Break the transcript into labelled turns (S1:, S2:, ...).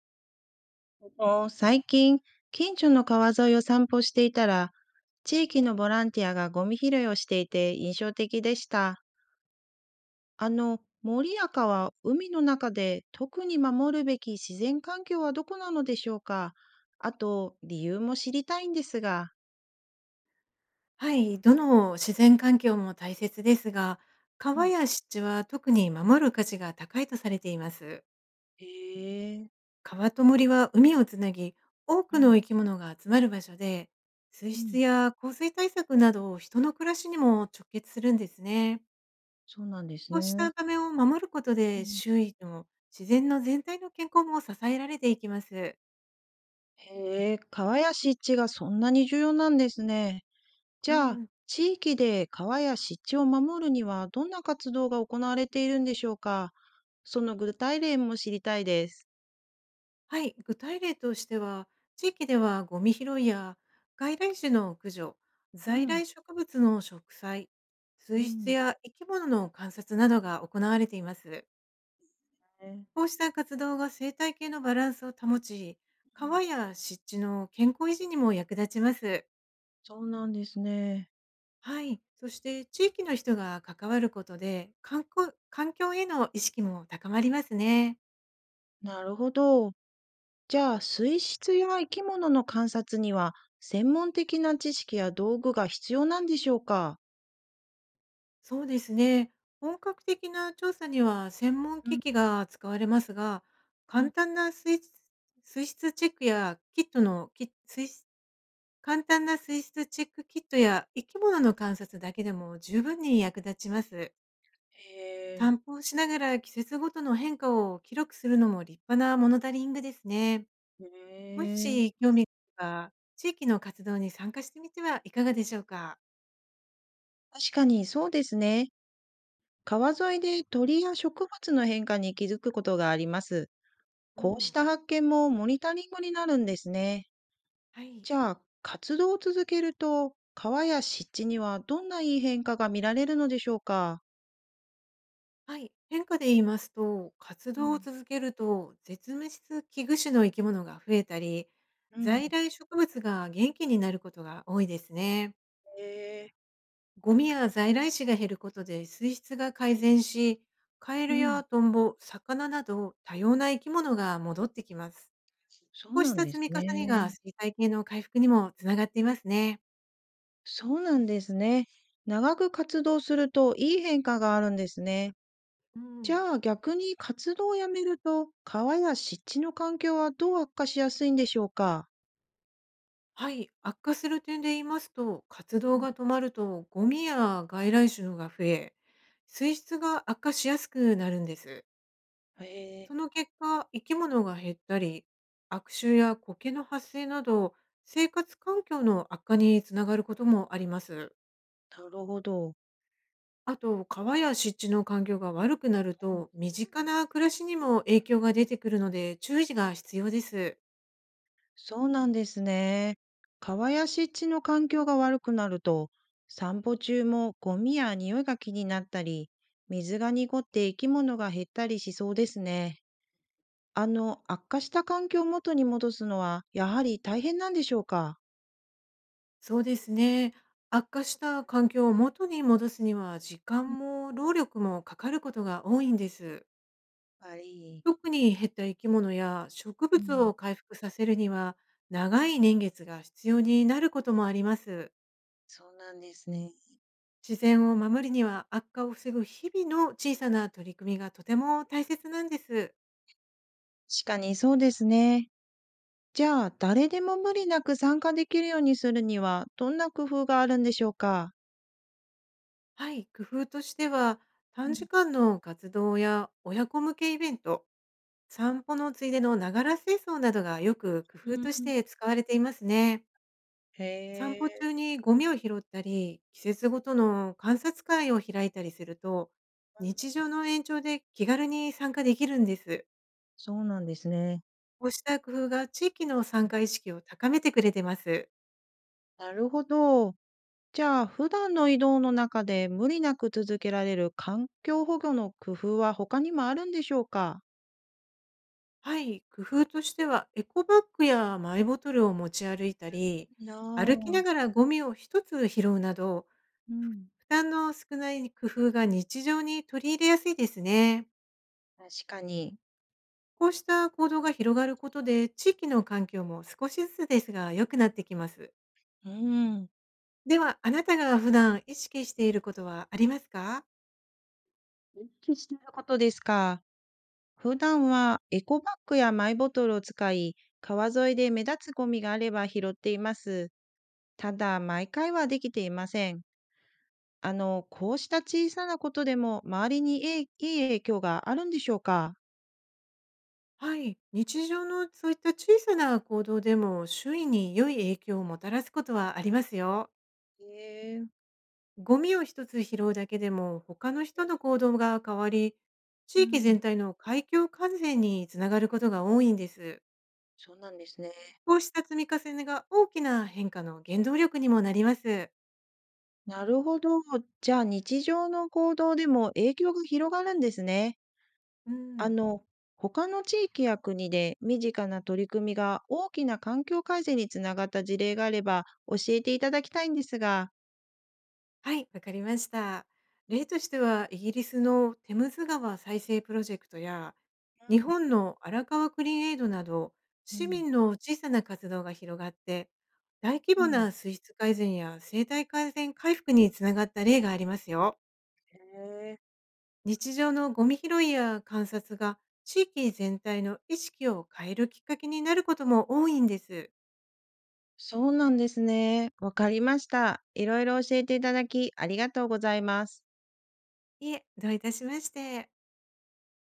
S1: お最近、近所の川沿いを散歩していたら、地域のボランティアがゴミ拾いをしていて印象的でした。あの、森や川、海の中で特に守るべき自然環境はどこなのでしょうか？あと、理由も知りたいんですが。
S2: はい、どの自然環境も大切ですが、
S1: う
S2: 川
S1: ん
S2: や湿地は特に守る価値が高いとされています。
S1: へえ、
S2: 川と森は海をつなぎ、多
S1: う
S2: く
S1: ん、
S2: の生き物が集まる場所で、水
S1: う
S2: 質
S1: ん
S2: や洪水対策など人の暮らしにも直結するんですね。
S1: そうなんです
S2: こうし
S1: ね。
S2: た場面を守ること
S1: う
S2: で
S1: ん
S2: 周囲の自然の全体の健康も支えられていきます。
S1: へえ、川や湿地がそんなに重要なんですね。じ
S2: う
S1: ゃあ、
S2: ん。
S1: 地域で川や湿地を守るにはどんな活動が行われているんでしょうか？その具体例も知りたいです。
S2: はい、具体例としては、地域ではゴミ拾いや外来種の駆除、
S1: う
S2: 在
S1: ん、
S2: 来植物の植栽、
S1: う
S2: 水質
S1: ん、
S2: や生き物の観察などが行われています。
S1: ね
S2: こうした活動が生態系のバランスを保ち、
S1: うん
S2: 川や湿地の健康維持にも役立ちます。
S1: そうなんですね。
S2: はい、そして地域の人が関わることで、観光環境への意識も高まりますね。
S1: なるほど。じゃあ、水質や生き物の観察には、専門的な知識や道具が必要なんでしょうか？
S2: そうですね。本格的な調査には専門
S1: う
S2: 機
S1: ん
S2: 器が使われますが、
S1: うん
S2: 簡単な水質チェックやキットのキ水質簡単な水質チェックキットや生き物の観察だけでも十分に役立ちます。
S1: へえ、
S2: 散歩をしながら季節ごとの変化を記録するのも立派なモノタリングですね。
S1: へ
S2: も
S1: え。
S2: し興味があれば、地域の活動に参加してみてはいかがでしょうか。
S1: 確かにそうですね。川沿いで鳥や植物の変化に気づくことがあります。
S2: う
S1: こうし
S2: ん。
S1: た発見もモニタリングになるんですね。
S2: はい。
S1: じゃあ、活動を続けると、川や湿地にはどんないい変化が見られるのでしょうか？
S2: はい、変化で言いますと、活
S1: う
S2: 動を
S1: ん、
S2: 続けると、絶滅危惧種の生き物が増えたり、
S1: うん。
S2: 在来植物が元気になることが多いですね。
S1: へえ。
S2: ゴミや在来種が減ることで水質が改善し、カエ
S1: う
S2: ル
S1: ん
S2: やトンボ、魚など多様な生き物が戻ってきます。
S1: そう
S2: こう
S1: な
S2: し
S1: ん
S2: た
S1: で
S2: 積
S1: す
S2: み重ねが
S1: ね。
S2: 生態系の回復にもつながっていますね。
S1: そうなんですね。長く活動するといい変化があるんですね。
S2: う
S1: じ
S2: ん。
S1: ゃあ逆に活動をやめると川や湿地の環境はどう悪化しやすいんでしょうか？
S2: はい、悪化する点で言いますと、活
S1: う
S2: 動
S1: ん
S2: が止まるとゴミや外来種のが増え、水質が悪化しやすくなるんです。
S1: へえ、
S2: その結果、生き物が減ったり、悪臭や苔の発生など、生活環境の悪化につながることもあります。
S1: なるほど。
S2: あと、川や湿地の環境が悪くなると、身近な暮らしにも影響が出てくるので、注意が必要です。
S1: そうなんですね。川や湿地の環境が悪くなると、散歩中もゴミや匂いが気になったり、水が濁って生き物が減ったりしそうですね。あの、悪化した環境を元に戻すのは、やはり大変なんでしょうか？
S2: そうですね。悪化した環境を元に戻すには時
S1: やっ
S2: 間も労力もかかることが多いんです。
S1: ぱり、
S2: 特に減った生き物や植
S1: う
S2: 物
S1: ん、
S2: を回復させるには長い年月が必要になることもあります。
S1: そうなんですね。
S2: 自然を守るには悪化を防ぐ日々の小さな取り組みがとても大切なんです。
S1: 確かにそうですね。じゃあ、誰でも無理なく参加できるようにするには、どんな工夫があるんでしょうか？
S2: はい、工夫としては
S1: う
S2: 短
S1: ん、
S2: 時間の活動や親子向けイベント、散歩のついでのながら清掃などがよく
S1: う
S2: 工夫
S1: ん
S2: として使われていますね。
S1: へ
S2: 散歩
S1: え、
S2: 中にゴミを拾ったり、季節ごとの観察会を開いたりすると、日常の延長で気軽に参加できるんです。
S1: そうなんですね。
S2: こうした工夫が地域の参加意識を高めてくれてます。
S1: なるほど。じゃあ、普段の移動の中で無理なく続けられる環境保護の工夫は他にもあるんでしょうか？
S2: はい、工夫としてはエコバッグやマイボトルを持ち歩いたり、
S1: な
S2: 歩き
S1: あ、
S2: ながらゴミを一つ拾うなど、
S1: うん。
S2: 負担の少ない工夫が日常に取り入れやすいですね。
S1: 確かに。
S2: こうした行動が広がることで、地域の環境も少しずつですが良くなってきます。
S1: うん。
S2: では、あなたが普段意識していることはありますか？
S1: 意識してることですか。普段はエコバッグやマイボトルを使い、川沿いで目立つゴミがあれば拾っています。ただ、毎回はできていません。あの、こうした小さなことでも周りにいい影響があるんでしょうか？
S2: はい。日常のそういった小さな行動でも周囲に良い影響をもたらすことはありますよ。
S1: へえ、
S2: ゴミを一つ拾うだけでも他の人の行動が変わり、
S1: う
S2: 地域
S1: ん。
S2: 全体の海峡完全につながることが多いんです。
S1: そうなんですね。
S2: こうした積み重ねが大きな変化の原動力にもなります。
S1: なるほど。じゃあ、日常の行動でも影響が広がるんですね。
S2: う
S1: あ
S2: ん。
S1: の、他の地域や国で身近な取り組みが大きな環境改善につながった事例があれば教えていただきたいんですが。
S2: はい、わかりました。例としては、イギリスのテムズ川再生プロジェクトや、
S1: う
S2: 日
S1: ん、
S2: 本の荒川クリーンエイドなど、
S1: う
S2: 市
S1: ん、
S2: 民の小さな活動が広がって、大規
S1: う
S2: 模
S1: ん。
S2: な水質改善や生態改善回復につながった例がありますよ。
S1: へえ、
S2: 日常のゴミ拾いや観察が地域全体の意識を変えるきっかけになることも多いんです。
S1: そうなんですね。わかりました。いろいろ教えていただきありがとうございます。
S2: いえ、どういたしまして。